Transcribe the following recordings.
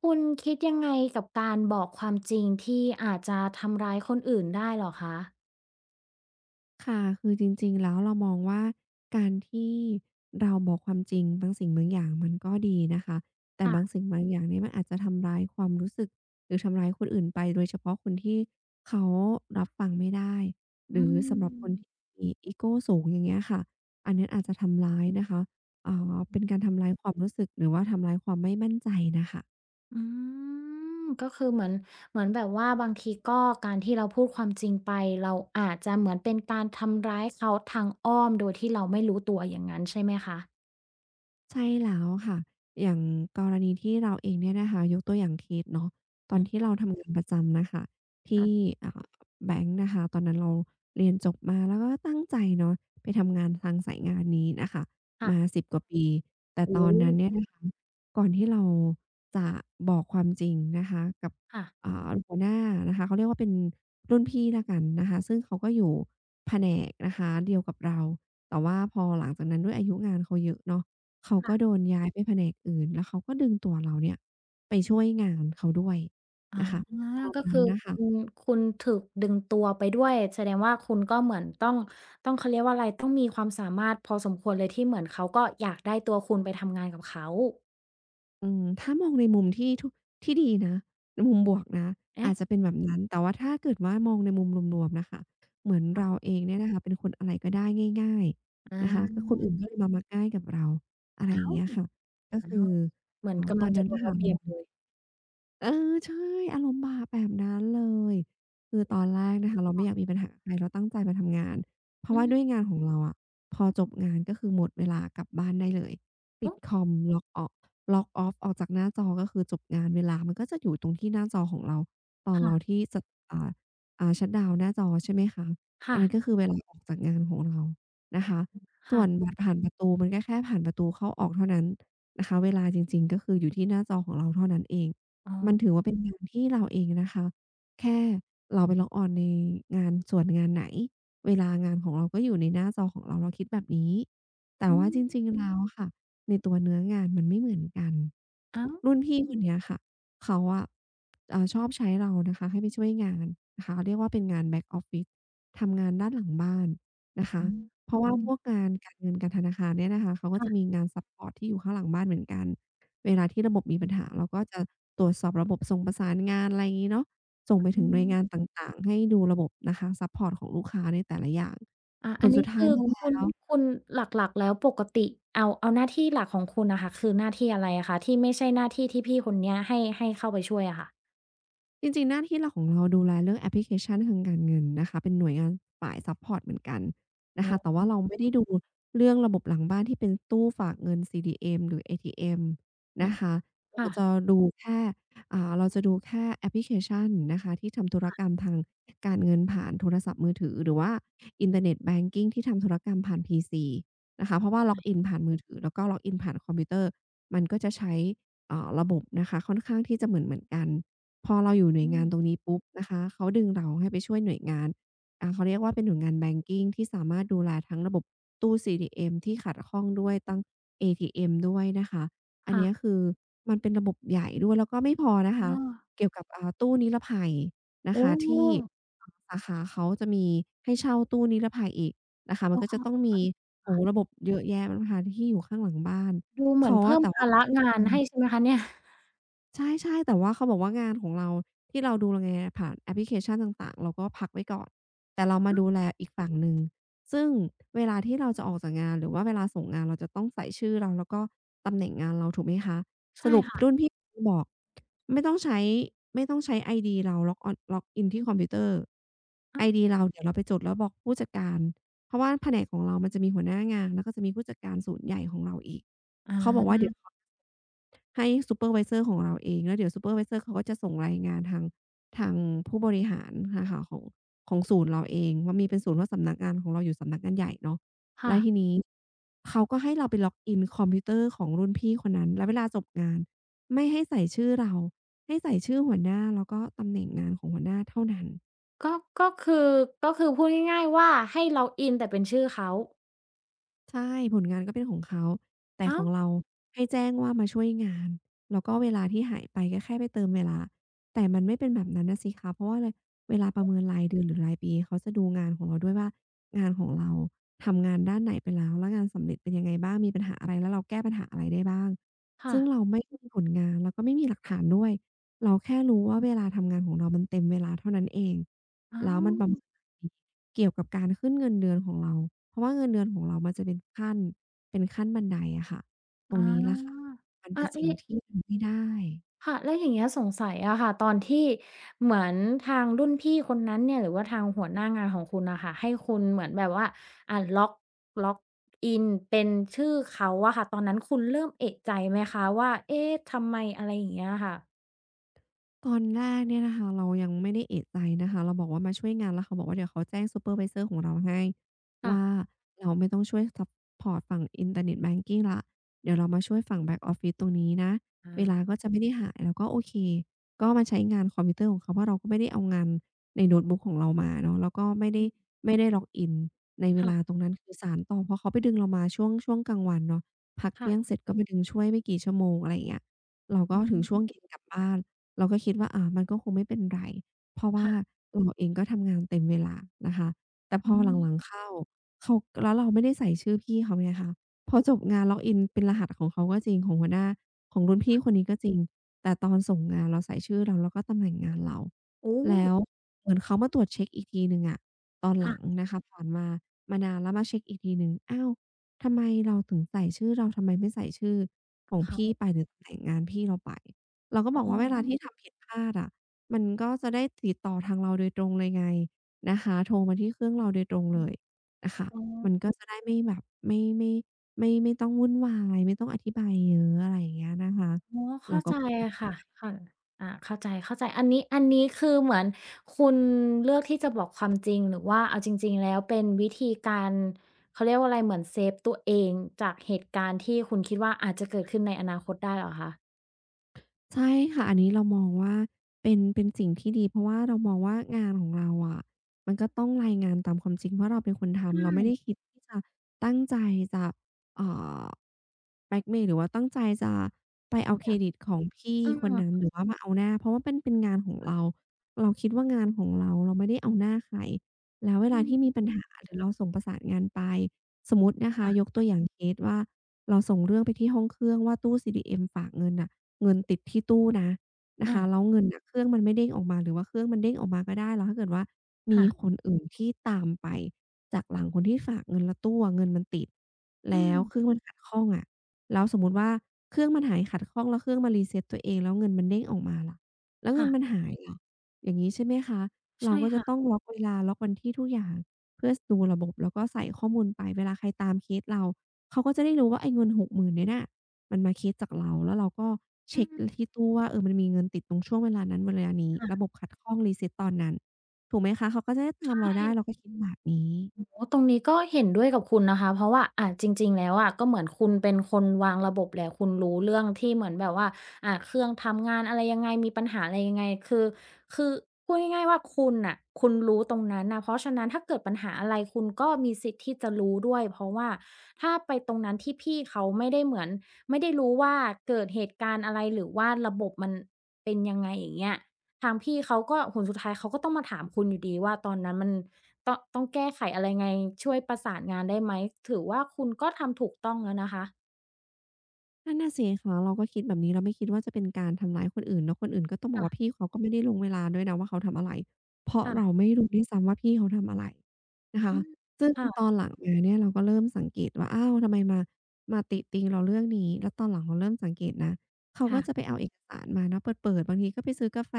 คุณคิดยังไงกับการบอกความจริงที่อาจจะทำร้ายคนอื่นได้เหรอคะค่ะ คือจริงๆ แล้วเรามองว่าการที่เราบอกความจริงบางสิ่งบางอย่างมันก็ดีนะคะ แต่ค่ะบางสิ่งบางอย่างเนี่ยมันอาจจะทำร้ายความรู้สึกหรือทำร้ายคนอื่นไปโดยเฉพาะคนที่เขารับฟังไม่ได้หอืรือสำหรับคนที่มมีอีโกสูงอย่างเงี้ยค่ะอันเนี้ยอาจจะทำร้ายนะคะเป็นการทำร้ายความรู้สึกหรือว่าทำร้ายความไม่มั่นใจน่ะค่ะ อืมก็คือเหมือนเหมือนแบบว่าบางทีก็การที่เราพูดความจริงไปเราอาจจะเหมือนเป็นการทำร้ายเขาทางอ้อมโดยที่เราไม่รู้ตัวอย่างงั้นใช่ไหมคะใช่แล้วค่ะ อย่างกรณีที่เราเองเนี่ยนะคะยกตัวอย่างเคสเนาะตออืนที่มเราทำงานประจำน่ะค่ะที่ค่ะอ่าแบงก์นะคะตอนนั้นเราเรียนจบมาแล้วก็ตั้งใจเนาะไปทำงานทางสายงานนี้น่ะค่ะค่ะมา10 กว่าปีแต่ตโอ้อนนั้นโฮเนี่ยนะคะก่อนที่เราจะบอกความจริงนะคะกับค่ะ หัวหน้านะคะเขาเรียกว่าเป็นรุ่นพี่แล้วกันนะคะซึ่งเขาก็อยู่แผนกนะคะเดียวกับเราแต่ว่าพอหลังจากนั้นด้วยอายุงานเขาเยอะเนาะ เขาก็โดนย้ายไปแผนกอื่นแล้วเขาก็ดึงตัวเราเนี่ยไปช่วยงานเขาด้วยอานะคะตอนก็นั้คืนอน่ะคุณค่ะคุณถูกดึงตัวไปด้วยแสดงว่าคุณก็เหมือนต้องเขาเรียกว่าอะไรต้องมีความสามารถพอสมควรเลยที่เหมือนเขาก็อยากได้ตัวคุณไปทำงานกับเขาอืมถ้ามองในมุมที่ดีนะในมุมบวกนะอาเอ๊ะจจะเป็นแบบนั้นแต่ว่าถ้าเกิดว่ามองในมุมรวมๆน่ะค่ะเหมือนเราค่ะเองเนี่ยนะคะเป็นคนอะไรก็ได้ง่ายๆนะคะก็อาคนอื่นก็เลยมามักง่ายกับเราอะไรออ้าย่างวเงี้ยค่ะก็อ้าคืวอเหมือ๋ออนตกำอลันงจะนั้นโดนน่ะเอาเปรียบเลค่ะ ยเออใช่อารมณ์บาปแบบนั้นเลยคือตอนแรกนะคะเราไม่อยากมีปัญหากับใครเราตั้งใจมาทำงานเพราะอืว่ามด้วยงานของเราอะพอจบงานก็คือหมดเวลากลับบ้านได้เลยปิโอ้ดคอมล็อกออกล็อกออฟออกจากหน้าจอก็คือจบงานเวลามันก็จะอยู่ตรงที่หน้าจอของเราตอนเราค่ะที่จะอ่าชัตดาวน์หน้าจอใช่ไหมคะอันนั้นก็ค่ะคือเวลาออกจากงานของเรานะคะส่วนค่ะบัตรผ่านประตูมันก็แค่ผ่านประตูเข้าออกเท่านั้นนะคะเวลาจริงๆก็คืออยู่ที่หน้าจอของเราเท่านั้นเอง อ๋มันถืออว่าเป็นงานที่เราเองนะคะ แค่เราไป l อ่ออนในงานส่วนงานไหน เวลางานของเราก็อยู่ในหน้าจอของเรา เราคิดแบบนี้แต่อืว่ามจริงๆแล้วอะค่ะ ในตัวเนื้องานมันไม่เหมือนกันอ้าวรุ่นพี่คนเนี้ยค่ะเขาอะชอบใช้เรานะคะให้ไปช่วยงานนะคะเรียกว่าเป็นงาน back office ทำงานด้านหลังบ้านนะคะ อืมเพราะว่าพทวกงานการเงินการธนาคารเนี่ยนะคะเขาำก็จะมีค่ะงานซัปพอร์ตที่อยู่ข้างหลังบ้านเหมือนกัน เวลาที่ระบบมีปัญหาเราก็จะตรวจสอบระบบส่งประสานงานอะไรอย่างงี้เนาะส่งไปอืถึงหน่วยงานม ต่างๆให้ดูระบบนะคะซัปพอร์ตของลูกค้าในแต่ละอย่างอาผอัลนสุนี้ดท้ายคือมาแล้คุณว คุณหลักๆแล้วปกติเอาหน้าที่หลักของคุณน่ะค่ะคือหน้าที่อะไรอะคะที่ไม่ใช่หน้าที่ที่พี่คนเนี้ยให้เข้าไปช่วยอะค่ะจริงๆหน้าที่หลักของเราดูแลเรื่องแอปพลิเคชันทางการเงินนะคะเป็นหน่วยงานฝ่ายซัปพอร์ตเหมือนกันนะคะแต่อาว่าเราไม่ได้ดูเรื่องระบบหลังบ้านที่เป็นตู้ฝากเงิน CDM หรือ ATM อานะคะเราค่ะจะดูแค่เราจะดูแค่แอปพลิเคชันนะคะที่ทำธุรกรรมทางการเงินผ่านโทรศัพท์มือถือหรือว่าอินเทอร์เน็ตแบงกิงที่ทำธุรกรรมผ่าน PC นะคะเพราะว่าล็อกอินผ่านมือถือแล้วก็ล็อกอินผ่านคอมพิวเตอร์มันก็จะใช้ระบบนะคะค่อนข้างที่จะเหมือนๆกัน พอเราอยู่หน่วยอืงามนตรงนี้ปุ๊บนะคะเขาดึงเราให้ไปช่วยหน่วยงานเขาเรียกว่าเป็นหน่วยงานแบงกิงที่สามารถดูแลทั้งระบบตู้ CDM ที่ขัดข้องด้วยตั้งเอทีเอ็มด้วยนะคะอันเนี้ยค่ะคือมันเป็นระบบใหญ่ด้วยแล้วก็ไม่พอนะคะอ๋อเกี่ยวกับตู้นิรภัยนะโอ้คะที่สาขาเขาจะมีให้เช่าตู้นิรภัยอีกนะคะมันโอ้ก็จะต้องค่ะมีโอ้โฮระบบเยอะแยะนะคะที่อยู่ข้างหลังบ้านดูเหมือนเขาอะเพิ่มแต่ว่าภาตอระนที่งาทำนงาให้น ใช่ไหมคะเนี่ยใช่ๆแต่ว่าเขาบอกว่างานของเราที่เราดูแลผ่านแอปพลิเคชันต่างๆเราก็พักไว้ก่อนแต่เรามาดูแลอีกฝั่งหนึ่งซึ่งเวลาที่เราจะออกจากงานหรือว่าเวลาส่งงานเราจะต้องใส่ชื่อเราแล้วก็ตำแหน่งงานเราถูกไหมคะสใช่รุปรุ่ค่ะนพี่บอกไม่ต้องใช้ไม่ต้องใช้ไอดีเรา log on log in ที่คอมพิวเตอร์ไออาดีเราเดี๋ยวเราไปจดแล้วบอกผู้จัดการเพราะว่าแผนกของเรามันจะมีหัวหน้างานแล้วก็จะมีผู้จัดการศูนย์ใหญ่ของเราอีกอเขาบอกว่าาเดี๋ยวขอ ให้ซูเปอร์ไวเซอร์ของเราเองแล้วเดี๋ยวซูเปอร์ไวเซอร์เขาก็จะส่งรายงานทางทางผู้บริหารน่ะค่ะของศูนย์เราเองมันมีเป็นศูนย์ว่าสำนักงานของเราอยู่สำนักงานใหญ่เนาะค่ะแล้วทีนี้เขาก็ให้เราไปล็อกอินคอมพิวเตอร์ของรุ่นพี่คนนั้นแล้วเวลาจบงานไม่ให้ใส่ชื่อเราให้ใส่ชื่อหัวหน้าแล้วก็ตำแหน่งงานของหัวหน้าเท่านั้น ก็ก็คือก็คือพูดง่ายๆว่าให้ล็อกอินแต่เป็นชื่อเขาใช่ผลงานก็เป็นของเขาแต่ขอ้าอวงเราให้แจ้งว่ามาช่วยงานแล้วก็เวลาที่หายไปก็แค่ไปเติมเวลาแต่มันไม่เป็นแบบนั้นน่ะสิคะเพราะว่าอะไรเวลาประเมินรายเดือนหรือรายปีเขาจะดูงานของเราด้วยว่างานของเราทำงานด้านไหนไปแล้วแล้วงานสำเร็จเป็นยังไงบ้างมีปัญหาอะไรแล้วเราแก้ปัญหาอะไรได้บ้างค่ะซึ่งเราไม่มีผลงานแล้วก็ไม่มีหลักฐานด้วยเราแค่รู้ว่าเวลาทำงานของเรามันเต็มเวลาเท่านั้นเอง อ้าแล้วมัวนประเมาณนเกี่ยวกับการขึ้นเงินเดือนของเรา เพราะว่าเงินเดือนของเรามันจะเป็นขั้น เป็นขั้นบันไดอะค่ะ ตรองนี้ล่ะค่ะ ามันเป็อานสิ่งนี่ ที่ทำไม่ได้ ค่ะแล้วอย่างเงี้ยสงสัยอะค่ะตอนที่เหมือนทางรุ่นพี่คนนั้นเนี่ยหรือว่าทางหัวหน้างานของคุณอะค่ะให้คุณเหมือนแบบว่าอ่าล็อกล็อกอินเป็นชื่อเขาอะค่ะตอนนั้นคุณเริ่มเอะใจไหมคะว่าเอ๊ะทำไมอะไรอย่างเงี้ยค่ะตอนแรกเนี่ยนะคะเรายังไม่ได้เอะใจนะคะเราบอกว่ามาช่วยงานแล้วเขาบอกว่าเดี๋ยวเขาแจ้งซูเปอร์ไวเซอร์ของเราให้ค่ะว่าเราไม่ต้องช่วยซัปพอร์ตฝั่งอินเทอร์เน็ตแบงกิงแล้วเดี๋ยวเรามาช่วยฝั่ง Back Office ตรงนี้นะเวลาอาก็จะไม่ได้หายเราก็โอเคก็มาใช้งานคอมพิวเตอร์ของเขาเพราะเราก็ไม่ได้เอางานในโน้ตบุ๊กของเรามาเนาะแล้วก็ไม่ได้อืมไม่ได้ล็อกอินในเวลาตค่ะรงนั้นคือสานต่อเพราะเขาไปดึงเรามาช่วงกลางวันเนาะพักเที่ยงเสค่ะร็จก็มปดึงช่วยไม่กี่ชั่วโมงอะไรอย่างเงี้ยเราอืก็ถึงช่วงเย็มนกลับบ้าน เราก็คิดว่าอ่ามันก็คงไม่เป็นไรเพราะว่าค่ะตัวเราเองก็ทำงานเต็มเวลานะคะแต่พอือมหลังๆเข้าเขาแล้วเราไม่ได้ใส่ชื่อพี่เขาไงคะพอจบงานล็อกอินเป็นรหัสของเขาก็จริงของหัวหน้าของรุ่นพี่คนนี้ก็จริงแต่ตอนส่งงานเราใส่ชื่อเราแล้วก็ตำแหน่งงานเราโอ้แล้วเหมือนเขามาตรวจเช็กอีกทีหนึ่งอะตอนหหัลักงนะคะผ่านมามานานแล้วมาเช็กอีกทีหนึ่งอ้าวทำไมเราถึงใส่ชื่อเราทำไมไม่ใส่ชื่อของพี่เขาไปหรือตำแหน่งงานพี่เราไป เราก็บอ๋ออกว่าเวลาที่ทำผิดพลาดอะมันก็จะได้ติดต่อทางเราโดยตรงเลยไงนะคะโทรมาที่เครื่องเราโดยตอรงเลยนะคะ๋อ มันก็จะได้ไม่แบบไม่ไม่ไม่ต้องวุ่นวายไม่ต้องอธิบายเยอะอะไรอย่างเงี้ยนะคะอ๋อเราเข้าก็ใจพูดแบบค่ะนี้ ค่ะอาเข้าใจเข้าใจอันนี้คือเหมือนคุณเลือกที่จะบอกความจริงหรือว่าเอาจริงๆแล้วเป็นวิธีการเขาเรียกว่าอะไรเหมือนเซฟตัวเองจากเหตุการณ์ที่คุณคิดว่าอาจจะเกิดขึ้นในอนาคตได้เหรอคะใช่ค่ะอันนี้เรามองว่าเป็นสิ่งที่ดีเพราะว่าเรามองว่างานของเราอะมันก็ต้องรายงานตามความจริงเพราะเราเป็นคนใชทำเราไม่ได้่คิดที่จะตั้งใจจะเอ่อแบล็กเมย์หรือว่าตั้งใจจะไปเอาอเครยากดิตของพี่เออคนนั้นหรือว่ามาเอาหน้าเพราะว่าเป็นงานของเราเราคิดว่างานของเราเราไม่ได้เอาหน้าใครแล้วเวอืลาที่มีปัมญหาหรือเราส่งประสานงานไปสมมุตินะคะยกค่ะตัวอย่างเคสว่าเราส่งเรื่องไปที่ห้องเครื่องว่าตู้ CDM ฝากเงินน่ะ เงินติดที่ตู้นะนะอาคะแล้วเงินน่ะเครื่องมันไม่เด้งออกมาหรือว่าเครื่องมันเด้งออกมาก็ได้แล้วถ้าเกิดว่ามีค่ะคนอื่นที่ตามไปจากหลังคนที่ฝากเงินแล้วตู้อะเงินมันติดอืแล้มวเครื่องมันขัดข้องอะแล้วสมมุติว่าเครื่องมันหายขัดข้องแล้วเครื่องมัน reset ตัวเองแล้วเงินมันเด้งออกมาล่ะแล้วเงินมันค่ะหายล่ะอย่างงี้ใช่ไหมคะเราใช่ก็จะต้องค่ะล็อกเวลาล็อกวันที่ทุกอย่างเพื่อสดูระบบแล้วก็ใส่ข้อมูลไปเวลาใครตามเคสเราเขาก็จะได้รู้ว่าไอ้เงิน60,000เนี่ยน่ะ มันมาคิดจากเราแล้วเราก็อืเช็กมที่ตู้ว่าเออมันมีเงินติดตรงช่วงเวลานั้นเวลานี้ระบค่ะบขัดข้อง reset ตอนนั้นถูกไหมคะเขาก็จะได้ตามใช่ เราได้เราก็คิดแบบนี้ โอ้ตรงนี้ก็เห็นด้วยกับคุณนะคะ เพราะว่าจริงๆแล้วอะก็เหมือนคุณเป็นคนวางระบบแหละคุณรู้เรื่องที่เหมือนแบบว่า เครื่องทำงานอะไรยังไงมีปัญหาอะไรยังไงคือคือพูดง่ายๆว่าคุณน่ะคุณรู้ตรงนั้นน่ะเพราะฉะนั้นถ้าเกิดปัญหาอะไรคุณก็มีสิทธิ์ที่จะรู้ด้วยเพราะว่าถ้าไปตรงนั้นที่พี่เขาไม่ได้เหมือนไม่ได้รู้ว่าเกิดเหตุการณ์อะไรหรือว่าระบบมันเป็นยังไงอย่างเงี้ย ทางพี่เขาก็ผลสุดท้ายเขาก็ต้องมาถามคุณอยู่ดีว่าตอนนั้นมันตองต้องแก้ไขอะไรไงช่วยประสานงานได้ไหมถือว่าคุณก็ทำถูกต้องแล้วนะคะนั่นน่ะสิคะเราก็คิดแบบนี้เราไม่คิดว่าจะเป็นการทำร้ายคนอื่นแล้วคนอื่นก็ต้องบอกว่าค่ะพี่เขาก็ไม่ได้ลงเวลาด้วยนะว่าเขาทำอะไรเพราะเราค่ะไม่รู้ด้วยซ้ำว่าพี่เขาทำอะไรนะอืคะมซึ่งตอค่ะนหลังมาเนี่ยเราก็เริ่มสังเกตว่าอ้าวทำไมมาติติงเราเรื่องนี้แล้วตอนหลังเราเริ่มสังเกตนะเขาก็จะไปค่ะเอาเอกสารมาเนาะเปิดๆบางทีก็ไปซื้อกาแฟ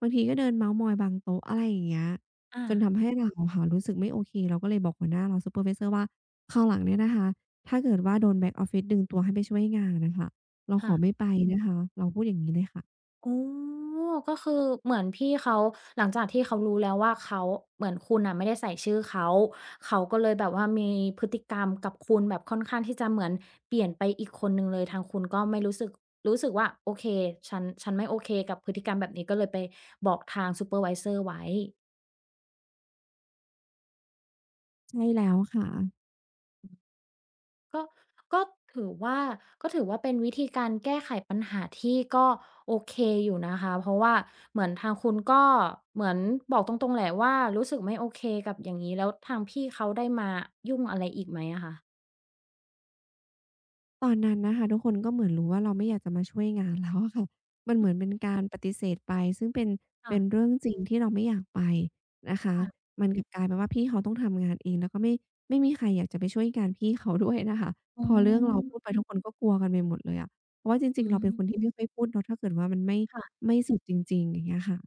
บางทีก็เดินเมาท์มอยบางโต๊ะอะไรอย่างเงี้ยอาจนทำให้เราอค่ะรู้สึกไม่โอเคเราก็เลยบอกหัวหน้าเราซูเปอร์ไวเซอร์ว่าคราวหลังเนี่ยนะคะ ถ้าเกิดว่าโดน back office ดึงตัวให้ไปช่วยงานน่ะค่ะเราขอไม่ค่ะ ไปนะคะ เราพูดอย่างงี้เลยค่ะ อ๋อก็คือเหมือนพี่เขาหลังจากที่เขารู้แล้วว่าเขาเหมือนคุณน่ะไม่ได้ใส่ชื่อเขาเขาก็เลยแบบว่ามีพฤติกรรมกับคุณแบบค่อนข้างที่จะเหมือนเปลี่ยนไปอีกคนหนึ่งเลยทางคุณก็ไม่รู้สึกรู้สึกว่าโอเคฉันไม่โอเคกับพฤติกรรมแบบนี้ก็เลยไปบอกทางซูเปอร์ไวเซอร์ไว้ ใช่แล้วค่ะ ก็ก็ถือว่าก็ถือว่าเป็นวิธีการแก้ไขปัญหาที่ก็โอเคอยู่นะคะเพราะว่าเหมือนทางคุณก็เหมือนบอกตรงๆแหละว่ารู้สึกไม่โอเคกับอย่างงี้แล้วทางพี่เขาได้มายุ่งอะไรอีกไหมอะคะตอนนั้นนะคะทุกคนก็เหมือนรู้ว่าเราไม่อยากจะมาช่วยงานแล้วอะค่ะมันเหอืมือนเป็มนการปฏิเสธไปซึ่งเป็นค่ะเรื่องจริงที่เราไม่อยากไปนะคะ ค่ะมันกลับกลายเป็นว่าพี่เขาต้องทำงานเองแล้วก็ไม่มีใครอยากจะไปช่วยงานพี่เขาด้วยนะคะอ๋พอเรื่องเราอพูดไปทุกคนก็กลัวกันไปหมดเลยอะเพราะว่าจริอืงๆเราเป็มนคนที่ไม่ค่อยพูดเนาะถ้าเกิดว่ามันไม่ค่ะ สุดจริงๆอย่างเงี้ยค่ะ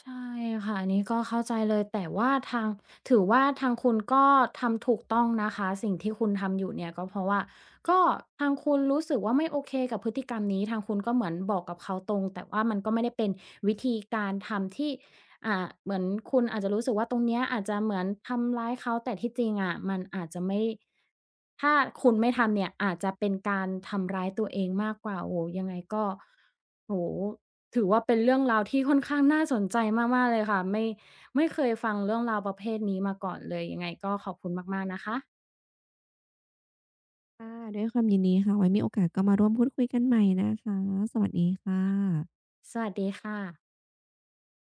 ใช่ค่ะอันนี้ก็เข้าใจเลยแต่ว่าทางถือว่าทางคุณก็ทำถูกต้องนะคะสิ่งที่คุณทำอยู่เนี่ยก็เพราะว่าก็ทางคุณรู้สึกว่าไม่โอเคกับพฤติกรรมนี้ทางคุณก็เหมือนบอกกับเขาตรงแต่ว่ามันก็ไม่ได้เป็นวิธีการทำที่เหมือนคุณอาจจะรู้สึกว่าตรงเนี้ยอาจจะเหมือนทำร้ายเขาแต่ที่จริงอะมันอาจจะไม่ถ้าคุณไม่ทำเนี่ยอาจจะเป็นการทำร้ายตัวเองมากกว่าโอ้โฮยังไงก็โอ้โฮ ถือว่าเป็นเรื่องราวที่ค่อนข้างน่าสนใจมากๆเลยค่ะไม่เคยฟังเรื่องราวประเภทนี้มาก่อนเลยยังไงก็ขอบคุณมากๆนะคะค่ะด้วยความยินดีค่ะไว้มีโอกาสก็มาร่วมพูดคุยกันใหม่นะคะ สวัสดีค่ะสวัสดีค่ะ